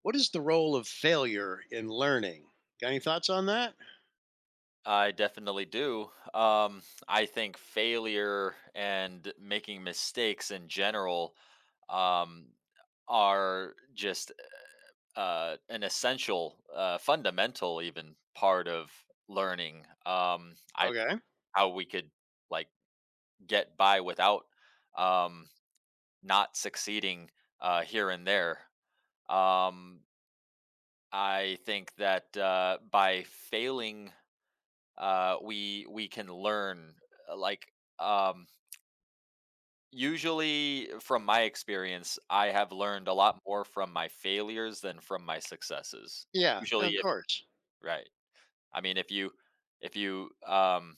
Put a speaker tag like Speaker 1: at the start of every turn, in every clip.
Speaker 1: What is the role of failure in learning? Got any thoughts on that?
Speaker 2: I definitely do. I think failure and making mistakes in general um, are just an essential, fundamental, even part of learning. I
Speaker 1: Okay.
Speaker 2: How we could like get by without um, not succeeding, here and there. Um, I think that by failing, we can learn, uh, like um usually. From my experience, I have learned a lot more from my failures than from my successes.
Speaker 1: Yeah, no,
Speaker 2: Usually,
Speaker 1: of
Speaker 2: if
Speaker 1: course.
Speaker 2: right I mean if you, if you um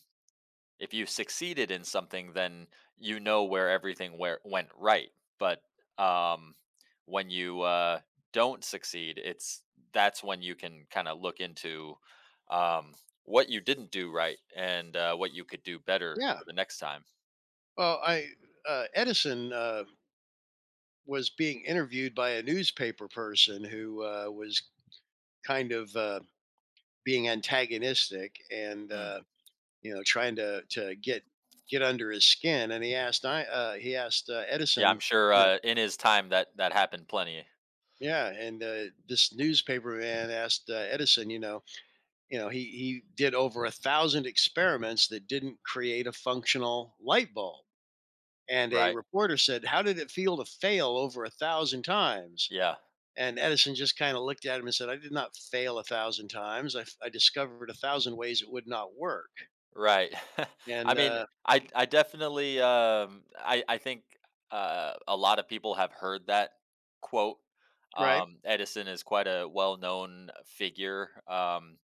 Speaker 2: if you succeeded in something, then you know where everything where went right. But um when you don't succeed, it's, that's when you can kind of look into um what you didn't do right and what you could do better
Speaker 1: Yeah.
Speaker 2: for the next time.
Speaker 1: Well, I Edison was being interviewed by a newspaper person who was kind of being antagonistic and
Speaker 2: Mm.
Speaker 1: you know trying to get under his skin. And he asked I he asked
Speaker 2: Yeah, I'm
Speaker 1: Edison,
Speaker 2: sure
Speaker 1: you know,
Speaker 2: in his time that happened plenty.
Speaker 1: yeah, and this newspaper man asked Edison, you know, he did over a thousand experiments that didn't create a functional light bulb. And a
Speaker 2: Right.
Speaker 1: reporter said, "How did it feel to fail over a thousand times?"
Speaker 2: Yeah.
Speaker 1: And Edison just kind of looked at him and said, "I did not fail a thousand times. I discovered a thousand ways it would not work."
Speaker 2: Right. I
Speaker 1: And
Speaker 2: mean, I definitely, I think a lot of people have heard that quote.
Speaker 1: right,
Speaker 2: Edison is quite a well-known figure, um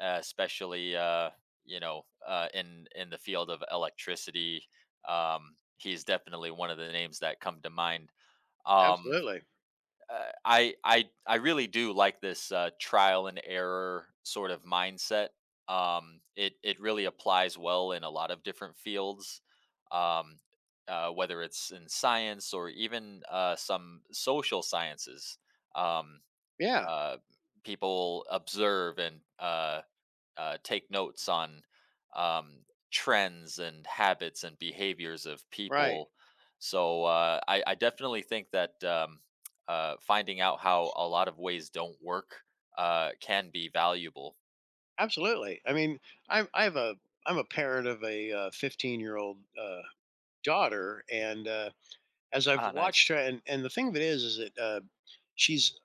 Speaker 2: especially uh you know uh in the field of electricity. He's definitely one of the names that come to mind. Um
Speaker 1: absolutely,
Speaker 2: I really do like this trial and error sort of mindset. It really applies well in a lot of different fields, um, whether it's in science or even some social sciences. Um,
Speaker 1: yeah,
Speaker 2: uh, people observe and, take notes on, um, trends and habits and behaviors of
Speaker 1: right,
Speaker 2: people. So I definitely think that, finding out how a lot of ways don't work can be valuable.
Speaker 1: absolutely. I mean, I'm I have a I'm a parent of a 15-year-old daughter, and as I've
Speaker 2: Ah, nice.
Speaker 1: watched her, and the thing of it is that she's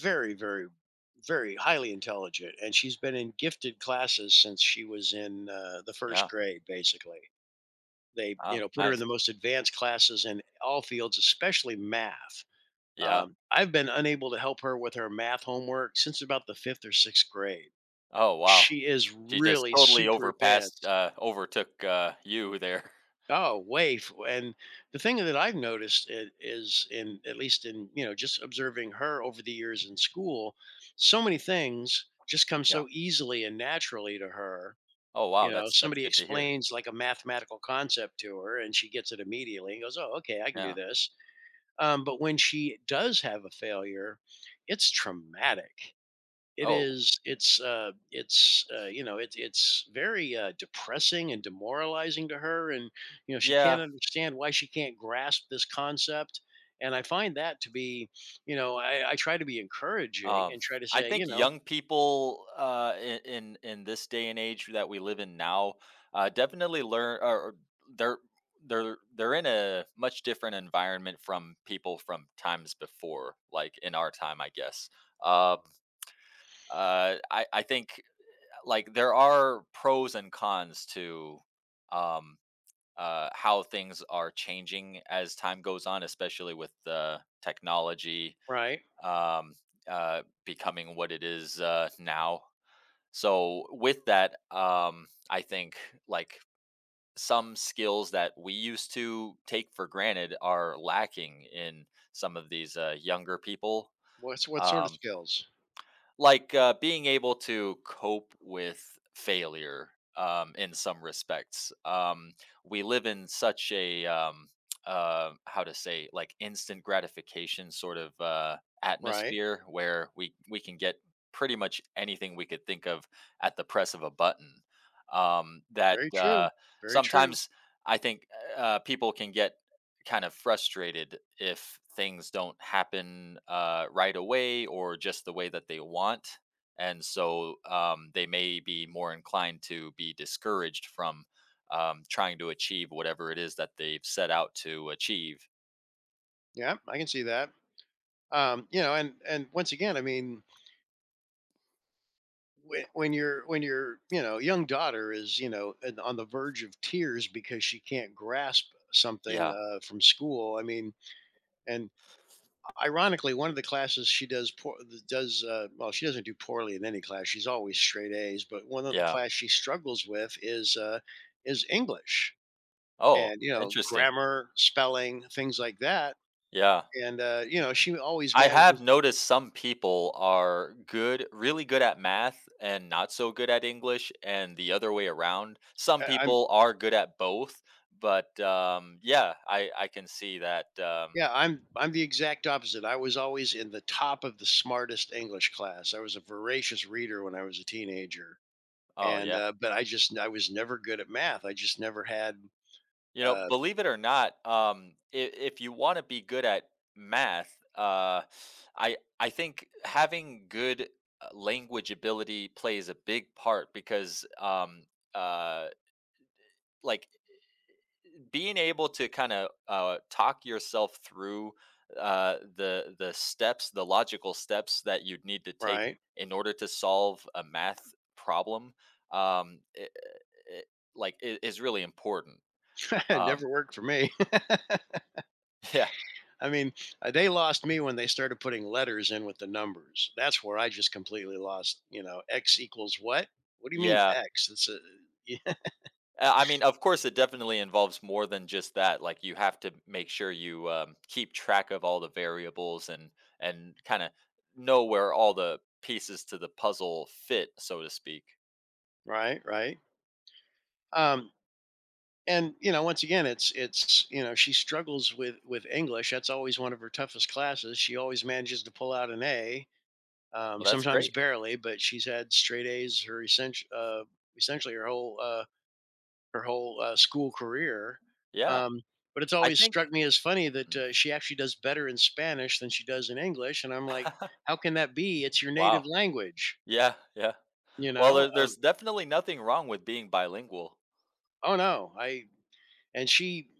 Speaker 1: very, very, very highly intelligent, and she's been in gifted classes since she was in the first
Speaker 2: Yeah.
Speaker 1: grade. Basically, they you
Speaker 2: Ah,
Speaker 1: know put her in
Speaker 2: nice.
Speaker 1: the most advanced classes in all fields, especially math.
Speaker 2: Yeah.
Speaker 1: I've been unable to help her with her math homework since about the fifth or sixth grade.
Speaker 2: Oh, wow.
Speaker 1: She is
Speaker 2: She just
Speaker 1: really
Speaker 2: totally
Speaker 1: super
Speaker 2: overpassed,
Speaker 1: advanced.
Speaker 2: overtook you there.
Speaker 1: Oh, way f and the thing that I've noticed I is in at least in, you know, just observing her over the years in school, so many things just come
Speaker 2: Yeah.
Speaker 1: so easily and naturally to her.
Speaker 2: Oh,
Speaker 1: You
Speaker 2: wow.
Speaker 1: know,
Speaker 2: That's
Speaker 1: somebody
Speaker 2: good to hear.
Speaker 1: explains, like, a mathematical concept to her, and she gets it immediately and goes, "Oh, okay, I can do
Speaker 2: Yeah.
Speaker 1: this." But when she does have a failure, it's traumatic. It
Speaker 2: Oh,
Speaker 1: is. It's. It's. You know. It's. It's very depressing and demoralizing to her, and you know she can't
Speaker 2: yeah.
Speaker 1: understand why she can't grasp this concept. And I find that to be, you know, I try to be encouraging
Speaker 2: Um,
Speaker 1: and try to
Speaker 2: I
Speaker 1: say,
Speaker 2: think
Speaker 1: you know,
Speaker 2: young people in this day and age that we live in now definitely learn, or they're they're in a much different environment from people from times before, like in our time, I guess. Um, I think there are pros and cons to, um, how things are changing as time goes on, especially with the technology,
Speaker 1: right?
Speaker 2: um, becoming what it is now. So with that, I think like some skills that we used to take for granted are lacking in some of these younger people.
Speaker 1: What's what sort of
Speaker 2: Um,
Speaker 1: skills?
Speaker 2: like being able to cope with failure, in some respects. We live in such a, how to say, like instant gratification sort of
Speaker 1: Right.
Speaker 2: atmosphere where we can get pretty much anything we could think of at the press of a button. That
Speaker 1: Very true. Very true.
Speaker 2: Sometimes I think people can get kind of frustrated if things don't happen right away or just the way that they want. And so they may be more inclined to be discouraged from, trying to achieve whatever it is that they've set out to achieve.
Speaker 1: Yeah, I can see that. You know, and once again, I mean, when you know young daughter is you know and on the verge of tears because she can't grasp something
Speaker 2: Yeah.
Speaker 1: from school. I mean, and ironically, one of the classes she does poor, does well. She doesn't do poorly in any class. She's always straight A's. But one of the
Speaker 2: Yeah.
Speaker 1: class she struggles with is English
Speaker 2: Oh,
Speaker 1: and you know
Speaker 2: interesting.
Speaker 1: grammar, spelling, things like that.
Speaker 2: Yeah.
Speaker 1: And you know she always
Speaker 2: I have
Speaker 1: manages. To,
Speaker 2: noticed some people are good really good at math and not so good at English, and the other way around. Some
Speaker 1: I- I'm
Speaker 2: people are good at both, but, yeah, I can see that,
Speaker 1: Yeah, I'm the exact opposite. I was always in the top of the smartest English class. I was a voracious reader when I was a teenager,
Speaker 2: oh,
Speaker 1: and
Speaker 2: yeah.
Speaker 1: but I was never good at math. I just never had
Speaker 2: You know,
Speaker 1: uh,
Speaker 2: believe it or not, I if you wanna be good at math, I think having good, language ability plays a big part because, uh, like being able to kind of talk yourself through the steps, the logical steps that you'd need to take
Speaker 1: right.
Speaker 2: in order to solve a math problem, um, i i I is really important.
Speaker 1: It
Speaker 2: Um,
Speaker 1: never worked for me.
Speaker 2: yeah,
Speaker 1: I mean, they lost me when they started putting letters in with the numbers. That's where I just completely lost. You know, x equals what? What do you mean
Speaker 2: yeah.
Speaker 1: x? It's a yeah,
Speaker 2: I mean, of course, it definitely involves more than just that. Like, you have to make sure you keep track of all the variables and kind of know where all the pieces to the puzzle fit, so to speak.
Speaker 1: right, right. Um, and you know once again it's you know she struggles with English, that's always one of her toughest classes. She always manages to pull out an A,
Speaker 2: Well, that's
Speaker 1: sometimes
Speaker 2: great.
Speaker 1: barely, but she's had straight A's her essentially her whole school career,
Speaker 2: Yeah.
Speaker 1: um, but it's
Speaker 2: I
Speaker 1: always
Speaker 2: think.
Speaker 1: struck me as funny that
Speaker 2: Mm.
Speaker 1: she actually does better in Spanish than she does in English. And I'm like, how can that be? It's your native
Speaker 2: Wow.
Speaker 1: language,
Speaker 2: Yeah, yeah.
Speaker 1: you
Speaker 2: Well,
Speaker 1: know,
Speaker 2: there there's definitely nothing wrong with being bilingual.
Speaker 1: oh, no and she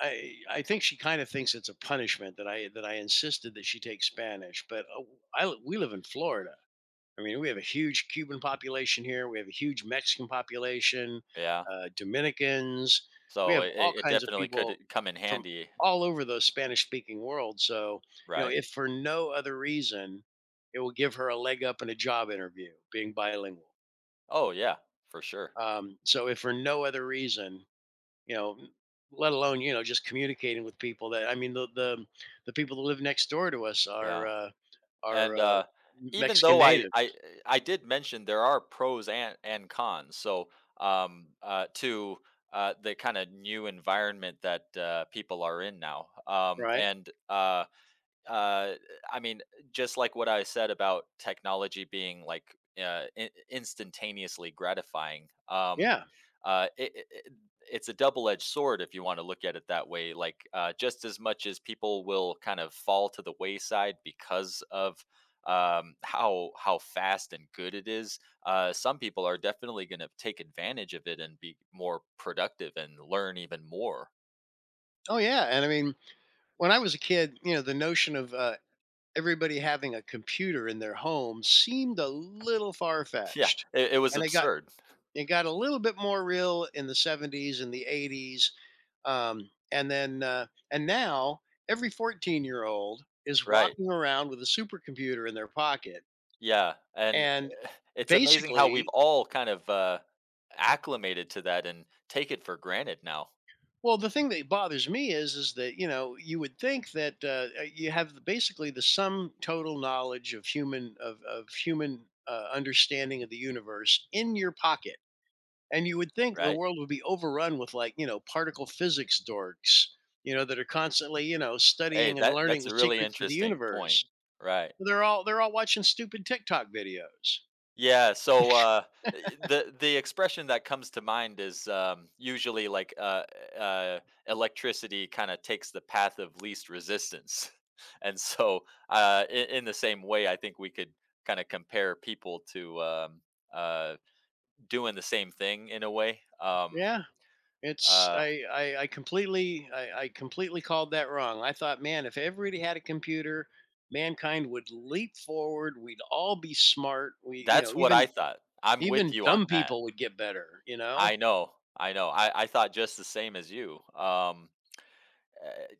Speaker 1: I think she kind of thinks it's a punishment that I insisted that she take Spanish, but we live in Florida. I mean, we have a huge Cuban population here. We have a huge Mexican population,
Speaker 2: Yeah.
Speaker 1: Dominicans. We
Speaker 2: So
Speaker 1: have
Speaker 2: it
Speaker 1: all
Speaker 2: it it
Speaker 1: kinds of
Speaker 2: definitely
Speaker 1: people
Speaker 2: could come in
Speaker 1: from
Speaker 2: handy,
Speaker 1: all over the Spanish-speaking world. So you know,
Speaker 2: right?
Speaker 1: if for no other reason, it will give her a leg up in a job interview being bilingual.
Speaker 2: Oh, yeah, for sure.
Speaker 1: So if for no other reason, you know, let alone you know just communicating with people that I mean the people that live next door to us
Speaker 2: Yeah.
Speaker 1: are uh, are
Speaker 2: And,
Speaker 1: uh,
Speaker 2: even
Speaker 1: Mexican
Speaker 2: though I I
Speaker 1: natives,
Speaker 2: I did mention there are pros and cons, so, to, the kinda new environment that, people are in now,
Speaker 1: right?
Speaker 2: uh, I mean, just like what I said about technology being like in- instantaneously gratifying,
Speaker 1: Yeah.
Speaker 2: uh, it, it, it- it's a double edged sword if you want to look at it that way. Like, just as much as people will kind of fall to the wayside because of how fast and good it is, some people are definitely going to take advantage of it and be more productive and learn even more.
Speaker 1: Oh yeah. And I mean, when I was a kid, you know, the notion of everybody having a computer in their home seemed a little far
Speaker 2: Yeah,
Speaker 1: fetched,
Speaker 2: it was
Speaker 1: and I got
Speaker 2: absurd.
Speaker 1: it got a little bit more real in the 70s and the 80s. And then, and now every 14-year-old is
Speaker 2: Right.
Speaker 1: walking around with a supercomputer in their pocket.
Speaker 2: Yeah, and
Speaker 1: And
Speaker 2: uh, it's amazing how we've
Speaker 1: basically,
Speaker 2: all kind of, acclimated to that and take it for granted now,
Speaker 1: well, the thing that bothers me is that, you know, you would think that you have basically the sum total knowledge of human, of human understanding of the universe in your pocket. And you would think the
Speaker 2: right?
Speaker 1: world would be overrun with, like, you know, particle physics dorks, you know, that are constantly, you know,
Speaker 2: Hey,
Speaker 1: studying and
Speaker 2: that
Speaker 1: learning
Speaker 2: that's
Speaker 1: the
Speaker 2: a really
Speaker 1: secrets of the
Speaker 2: interesting point,
Speaker 1: universe.
Speaker 2: right.
Speaker 1: They're all watching stupid TikTok videos.
Speaker 2: Yeah, so, eh, the expression that comes to mind is, usually like, eh, uh, electricity kinda takes the path of least resistance. And so, in the same way, I think we could kinda compare people to, uh, doing the same thing in a way,
Speaker 1: Yeah. It's
Speaker 2: uh,
Speaker 1: I completely I completely called that wrong. I thought, man, if everybody had a computer, mankind would leap forward. We'd all be smart. We you know,
Speaker 2: that's what I
Speaker 1: even
Speaker 2: thought. I'm with
Speaker 1: even
Speaker 2: you
Speaker 1: dumb
Speaker 2: on that.
Speaker 1: people would get better, you know?
Speaker 2: I know, I know. I thought just the same as you. Eh,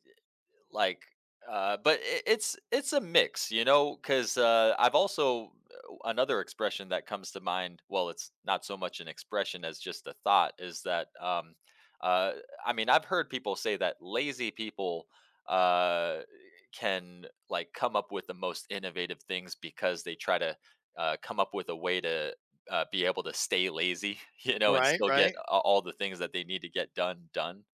Speaker 2: like but it's a mix, you know, because I've also, another expression that comes to mind, well, it's not so much an expression as just a thought, is that uh I mean, I've heard people say that lazy people uh can like come up with the most innovative things because they try to come up with a way to be able to stay lazy, you know, and
Speaker 1: Right,
Speaker 2: still get
Speaker 1: right.
Speaker 2: a- all the things that they need to get done done.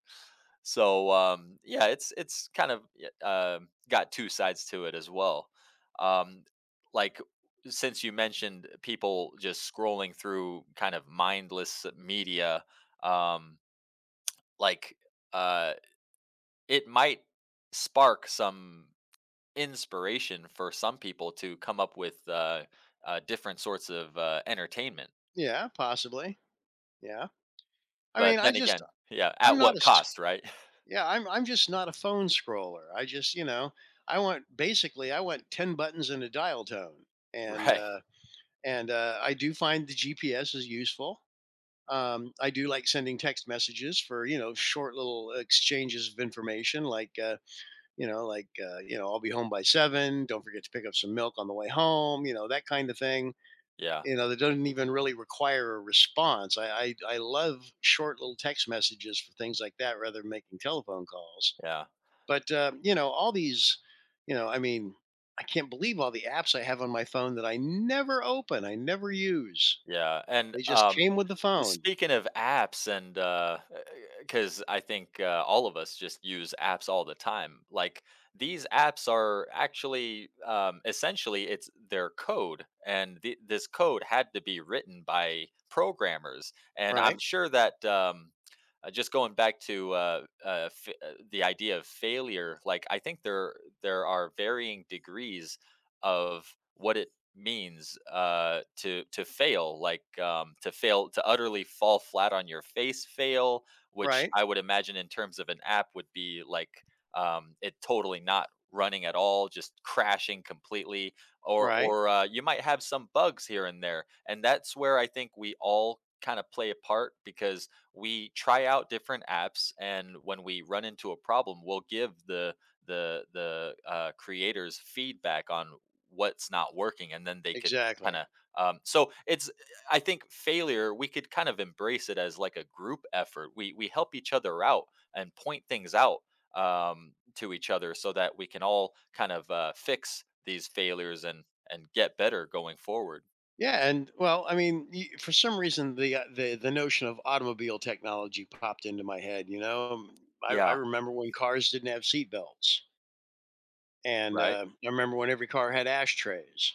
Speaker 2: So yeah, it's kind of uh, got two sides to it as well. Um, like since you mentioned people just scrolling through kind of mindless media, um, like uh, it might spark some inspiration for some people to come up with, different sorts of entertainment.
Speaker 1: Yeah, possibly. Yeah. I
Speaker 2: But
Speaker 1: mean, I
Speaker 2: then
Speaker 1: just
Speaker 2: again, yeah, at
Speaker 1: I'm not
Speaker 2: what
Speaker 1: a
Speaker 2: cost, right?
Speaker 1: Yeah, I'm just not a phone scroller. I just, you know, I want basically I want 10 buttons and a dial tone. And
Speaker 2: Right.
Speaker 1: uh and I do find the GPS is useful. Um, I do like sending text messages for, you know, short little exchanges of information like you know, like you know, I'll be home by 7, don't forget to pick up some milk on the way home, you know, that kind of thing.
Speaker 2: Yeah.
Speaker 1: You know, that doesn't even really require a response. I love short little text messages for things like that rather than making telephone calls.
Speaker 2: Yeah.
Speaker 1: But, you know, all these, you know, I mean, I can't believe all the apps I have on my phone that I never open, I never use.
Speaker 2: Yeah, and,
Speaker 1: They just came with the phone.
Speaker 2: speaking of apps, and because I think, all of us just use apps all the time, like, these apps are actually, essentially, it's their code, and the this code had to be written by programmers, and I'm
Speaker 1: Right,
Speaker 2: sure that, just going back to, f the idea of failure, like, I think there are varying degrees of what it means, to fail. Like, to fail, to utterly fall flat on your face fail, which
Speaker 1: right,
Speaker 2: I would imagine in terms of an app would be like, it totally not running at all, just crashing completely. Or,
Speaker 1: right.
Speaker 2: you might have some bugs here and there, and that's where I think we all kind of play a part, because we try out different apps, and when we run into a problem, we'll give the creators feedback on what's not working, and then they could kind
Speaker 1: Exactly.
Speaker 2: of, um, so it's eh, I think failure, we could kind of embrace it as like a group effort. We help each other out and point things out, to each other, so that we can all kind of fix these failures and get better going forward.
Speaker 1: Yeah, and well, I mean, for some reason, the notion of automobile technology popped into my head. You know, um, I
Speaker 2: Yeah.
Speaker 1: remember when cars didn't have seat belts, and
Speaker 2: Right.
Speaker 1: I remember when every car had ashtrays,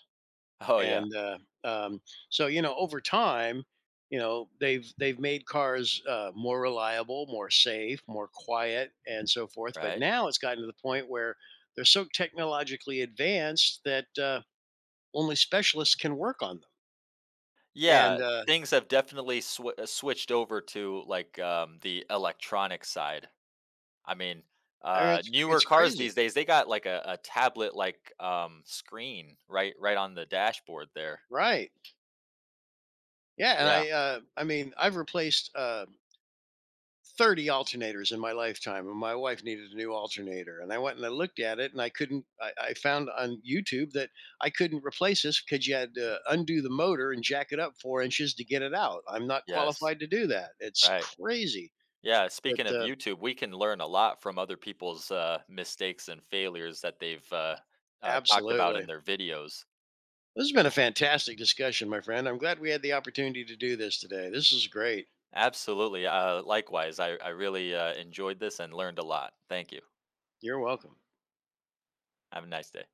Speaker 2: Oh, yeah.
Speaker 1: and um, so you know over time you know they've made cars more reliable, more safe, more quiet, and so forth, but
Speaker 2: Right.
Speaker 1: now it's gotten to the point where they're so technologically advanced that only specialists can work on them. And
Speaker 2: Yeah, things have definitely sw- switched over to like, the electronic side. I mean,
Speaker 1: I mean, it's
Speaker 2: newer
Speaker 1: it's
Speaker 2: cars
Speaker 1: crazy,
Speaker 2: these days, they got like a tablet like screen right right on the dashboard there.
Speaker 1: right? Yeah, and
Speaker 2: Yeah.
Speaker 1: I mean I've replaced 30 alternators in my lifetime, and my wife needed a new alternator, and I went and I looked at it and I couldn't I found on YouTube that I couldn't replace this because you had to undo the motor and jack it up 4 inches to get it out. I'm not
Speaker 2: Yes.
Speaker 1: qualified to do that. It's
Speaker 2: Right.
Speaker 1: crazy.
Speaker 2: Yeah.
Speaker 1: But
Speaker 2: Speaking of YouTube, we can learn a lot from other people's mistakes and failures that they've, talked about in
Speaker 1: absolutely,
Speaker 2: their videos.
Speaker 1: this has been a fantastic discussion, my friend. I'm glad we had the opportunity to do this today. This is great.
Speaker 2: Absolutely. Likewise, I really enjoyed this and learned a lot. Thank you.
Speaker 1: You're welcome.
Speaker 2: Have a nice day.